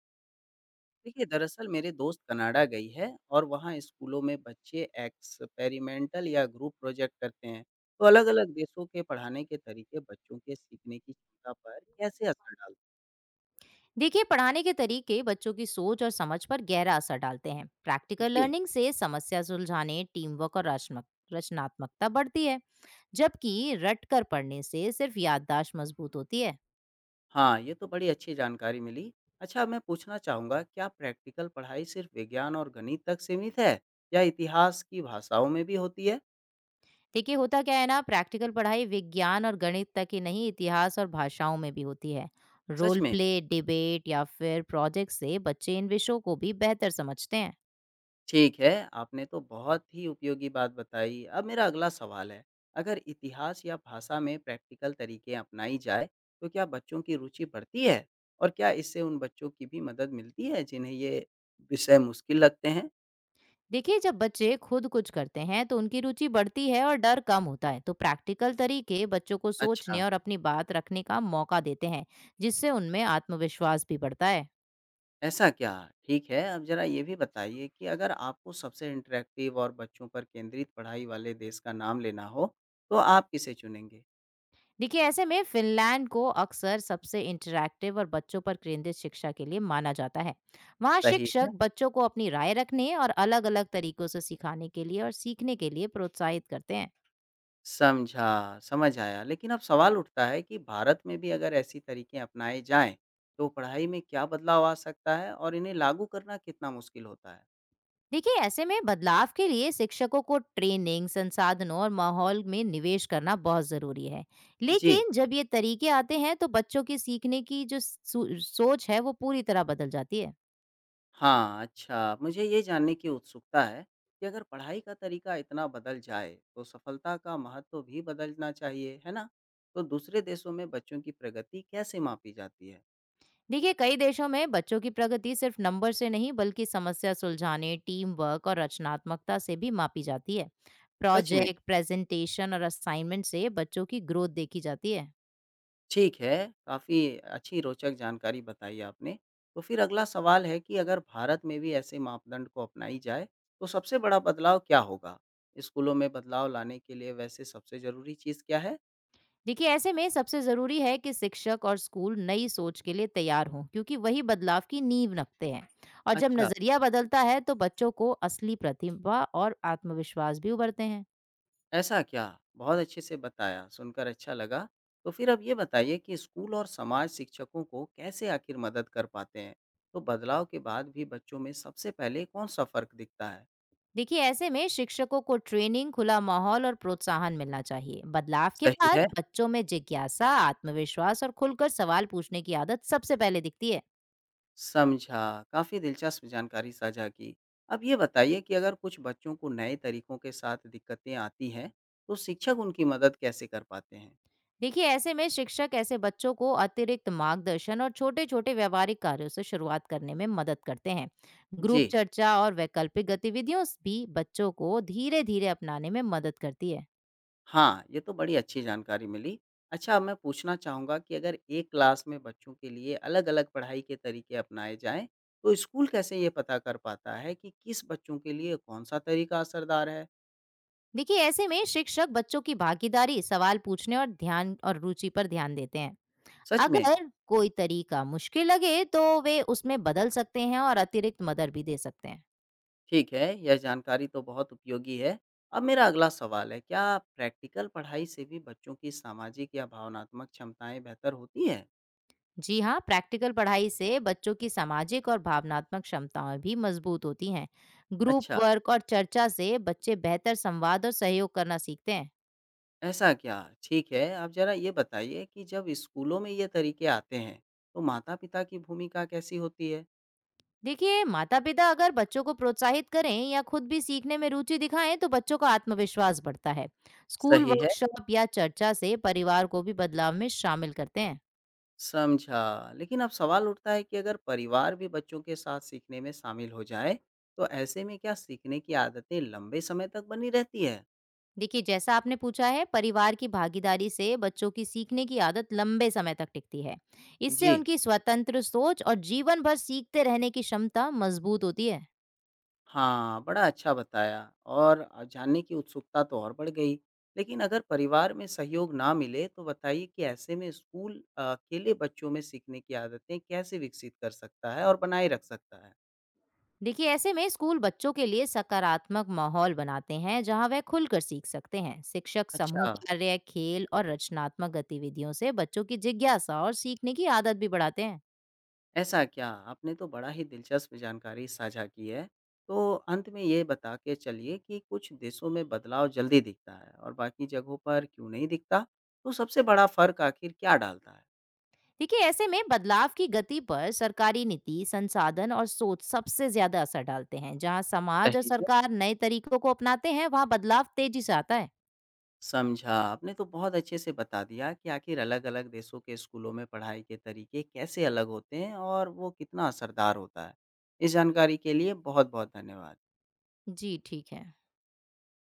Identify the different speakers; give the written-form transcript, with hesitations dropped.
Speaker 1: देखिए, दरअसल मेरे दोस्त कनाडा गई है और वहाँ स्कूलों में बच्चे एक्सपेरिमेंटल या ग्रुप प्रोजेक्ट करते हैं। तो अलग-अलग देशों के पढ़ाने के तरीके बच्चों के सीखने की क्षमता पर कैसे असर डालते
Speaker 2: देखिए, पढ़ाने के तरीके बच्चों की सोच और समझ पर गहरा असर डालते हैं।
Speaker 1: हैं?
Speaker 2: प्रैक्टिकल
Speaker 1: जी,
Speaker 2: लर्निंग से समस्या सुलझाने, टीम वर्क और रचनात्मकता बढ़ती है, जबकि रट कर पढ़ने से सिर्फ याददाश्त मजबूत होती है।
Speaker 1: हाँ, ये तो बड़ी अच्छी जानकारी मिली। अच्छा, मैं पूछना चाहूँगा क्या प्रैक्टिकल पढ़ाई सिर्फ विज्ञान और गणित तक सीमित है या इतिहास की भाषाओं में भी होती है?
Speaker 2: देखिए, होता क्या है ना, प्रैक्टिकल पढ़ाई विज्ञान और गणित तक ही नहीं, इतिहास और भाषाओं में भी होती है।
Speaker 1: सच
Speaker 2: रोल
Speaker 1: में?
Speaker 2: प्ले, डिबेट या फिर प्रोजेक्ट से बच्चे इन विषयों को भी बेहतर समझते हैं।
Speaker 1: ठीक है, आपने तो बहुत ही उपयोगी बात बताई। अब मेरा अगला सवाल है, अगर इतिहास या भाषा में प्रैक्टिकल तरीके अपनाई जाए, तो क्या बच्चों की रुचि बढ़ती है? और क्या इससे उन बच्चों की भी मदद मिलती है जिन्हें ये विषय मुश्किल लगते हैं?
Speaker 2: देखिए, जब बच्चे खुद कुछ करते हैं तो उनकी रुचि बढ़ती है और डर कम होता है। तो प्रैक्टिकल तरीके बच्चों को सोचने
Speaker 1: अच्छा,
Speaker 2: और अपनी बात रखने का मौका देते हैं, जिससे उनमें आत्मविश्वास भी बढ़ता है।
Speaker 1: ऐसा क्या? ठीक है, अब ज़रा ये भी बताइए कि अगर आपको सबसे इंटरैक्टिव और बच्चों पर केंद्रित पढ़ाई वाले देश का नाम लेना हो, तो आप किसे चुनेंगे?
Speaker 2: देखिए, ऐसे में फिनलैंड को अक्सर सबसे इंटरैक्टिव और बच्चों पर केंद्रित शिक्षा के लिए माना जाता है। वहाँ
Speaker 1: सही है।
Speaker 2: शिक्षक बच्चों को अपनी राय रखने और अलग अलग तरीकों से सिखाने के लिए और सीखने के लिए प्रोत्साहित करते हैं।
Speaker 1: समझा, समझ आया। लेकिन अब सवाल उठता है कि भारत में भी अगर ऐसी तरीके अपनाए जाएँ, तो पढ़ाई में क्या बदलाव आ सकता है और इन्हें लागू करना कितना मुश्किल होता है?
Speaker 2: देखिए, ऐसे में बदलाव के लिए शिक्षकों को ट्रेनिंग, संसाधनों और माहौल में निवेश करना बहुत जरूरी है।
Speaker 1: जी,
Speaker 2: लेकिन जब ये तरीके आते हैं तो बच्चों की सीखने की जो सोच है वो पूरी तरह बदल जाती है।
Speaker 1: हाँ, अच्छा। मुझे ये जानने की उत्सुकता है कि अगर पढ़ाई का तरीका इतना बदल जाए, तो सफलता का महत्व भी बदलना चाहिए, है ना? तो दूसरे देशों में बच्चों की प्रगति कैसे मापी जाती है?
Speaker 2: देखिए, कई देशों में बच्चों की प्रगति सिर्फ नंबर से नहीं, बल्कि समस्या सुलझाने, टीम वर्क और रचनात्मकता से भी मापी जाती है।
Speaker 1: सच में?
Speaker 2: प्रोजेक्ट, प्रेजेंटेशन और असाइनमेंट से बच्चों की ग्रोथ देखी जाती है।
Speaker 1: ठीक है, काफ़ी अच्छी रोचक जानकारी बताई आपने। तो फिर अगला सवाल है कि अगर भारत में भी ऐसे मापदंड को अपनाई जाए, तो सबसे बड़ा बदलाव क्या होगा? स्कूलों में बदलाव लाने के लिए वैसे सबसे ज़रूरी चीज़ क्या है?
Speaker 2: देखिए, ऐसे में सबसे जरूरी है कि शिक्षक और स्कूल नई सोच के लिए तैयार हों, क्योंकि वही बदलाव की नींव रखते हैं। और जब
Speaker 1: अच्छा,
Speaker 2: नजरिया बदलता है तो बच्चों को असली प्रतिभा और आत्मविश्वास भी उभरते हैं।
Speaker 1: ऐसा क्या? बहुत अच्छे से बताया, सुनकर अच्छा लगा। तो फिर अब ये बताइए कि स्कूल और समाज शिक्षकों को कैसे आखिर मदद कर पाते हैं? तो बदलाव के बाद भी बच्चों में सबसे पहले कौन-सा फ़र्क दिखता है?
Speaker 2: देखिए, ऐसे में शिक्षकों को ट्रेनिंग, खुला माहौल और प्रोत्साहन मिलना चाहिए। बदलाव के
Speaker 1: सही
Speaker 2: बाद
Speaker 1: है।
Speaker 2: बच्चों में जिज्ञासा, आत्मविश्वास और खुलकर सवाल पूछने की आदत सबसे पहले दिखती है।
Speaker 1: समझा। काफ़ी दिलचस्प जानकारी साझा की। अब ये बताइए कि अगर कुछ बच्चों को नए तरीकों के साथ दिक्कतें आती हैं, तो शिक्षक उनकी मदद कैसे कर पाते हैं?
Speaker 2: देखिए, ऐसे में शिक्षक ऐसे बच्चों को अतिरिक्त मार्गदर्शन और छोटे छोटे व्यवहारिक कार्यों से शुरुआत करने में मदद करते हैं। ग्रुप
Speaker 1: जी,
Speaker 2: चर्चा और वैकल्पिक गतिविधियों भी बच्चों को धीरे धीरे अपनाने में मदद करती है।
Speaker 1: हाँ, ये तो बड़ी अच्छी जानकारी मिली। अच्छा, अब मैं पूछना चाहूँगा कि अगर एक क्लास में बच्चों के लिए अलग-अलग पढ़ाई के तरीके अपनाए जाएँ, तो स्कूल कैसे ये पता कर पाता है कि किस बच्चों के लिए कौन-सा तरीका असरदार है?
Speaker 2: देखिए, ऐसे में शिक्षक बच्चों की भागीदारी, सवाल पूछने और ध्यान और रुचि पर ध्यान देते हैं।
Speaker 1: सच में?
Speaker 2: अगर कोई तरीका मुश्किल लगे तो वे उसमें बदल सकते हैं और अतिरिक्त मदद भी दे सकते हैं।
Speaker 1: ठीक है, यह जानकारी तो बहुत उपयोगी है। अब मेरा अगला सवाल है, क्या प्रैक्टिकल पढ़ाई से भी बच्चों की सामाजिक या भावनात्मक क्षमताएँ बेहतर होती हैं?
Speaker 2: जी हाँ, प्रैक्टिकल पढ़ाई से बच्चों की सामाजिक और भावनात्मक क्षमताएं भी मजबूत होती हैं।
Speaker 1: अच्छा,
Speaker 2: ग्रुप वर्क और चर्चा से बच्चे बेहतर संवाद और सहयोग करना सीखते हैं।
Speaker 1: ऐसा क्या? ठीक है, आप ज़रा ये बताइए कि जब स्कूलों में ये तरीके आते हैं, तो माता-पिता की भूमिका कैसी होती है?
Speaker 2: देखिए, माता पिता अगर बच्चों को प्रोत्साहित करें या खुद भी सीखने में रुचि दिखाएं तो बच्चों का आत्मविश्वास बढ़ता है। स्कूल
Speaker 1: सही है,
Speaker 2: वर्कशॉप या चर्चा से परिवार को भी बदलाव में शामिल करते हैं।
Speaker 1: समझा। लेकिन अब सवाल उठता है कि अगर परिवार भी बच्चों के साथ सीखने में शामिल हो जाए, तो ऐसे में क्या सीखने की आदतें लंबे समय तक बनी रहती है?
Speaker 2: देखिए, जैसा आपने पूछा है, परिवार की भागीदारी से बच्चों की सीखने की आदत लंबे समय तक टिकती है। इससे
Speaker 1: जी।
Speaker 2: उनकी स्वतंत्र सोच और जीवन भर सीखते रहने की क्षमता मजबूत होती है।
Speaker 1: हाँ, बड़ा अच्छा बताया और जानने की उत्सुकता तो और बढ़ गई। लेकिन अगर परिवार में सहयोग ना मिले तो बताइए कि ऐसे में स्कूल अकेले बच्चों में सीखने की आदतें कैसे विकसित कर सकता है और बनाए रख सकता है?
Speaker 2: देखिए, ऐसे में स्कूल बच्चों के लिए सकारात्मक माहौल बनाते हैं, जहां वह खुलकर सीख सकते हैं। शिक्षक
Speaker 1: अच्छा,
Speaker 2: समूह कार्य, खेल और रचनात्मक गतिविधियों से बच्चों की जिज्ञासा और सीखने की आदत भी बढ़ाते हैं।
Speaker 1: ऐसा क्या? आपने तो बड़ा ही दिलचस्प जानकारी साझा की है। तो अंत में ये बता के चलिए कि कुछ देशों में बदलाव जल्दी दिखता है और बाकी जगहों पर क्यों नहीं दिखता? तो सबसे बड़ा फ़र्क आखिर क्या डालता है?
Speaker 2: देखिए, ऐसे में बदलाव की गति पर सरकारी नीति, संसाधन और सोच सबसे ज्यादा असर डालते हैं। जहां समाज और
Speaker 1: सही है।
Speaker 2: सरकार नए तरीकों को अपनाते हैं, वहां बदलाव तेजी से आता है।
Speaker 1: समझा। आपने तो बहुत अच्छे से बता दिया कि आखिर अलग-अलग देशों के स्कूलों में पढ़ाई के तरीके कैसे अलग होते हैं और वो कितना असरदार होता है। इस जानकारी के लिए बहुत-बहुत धन्यवाद।
Speaker 2: जी ठीक है।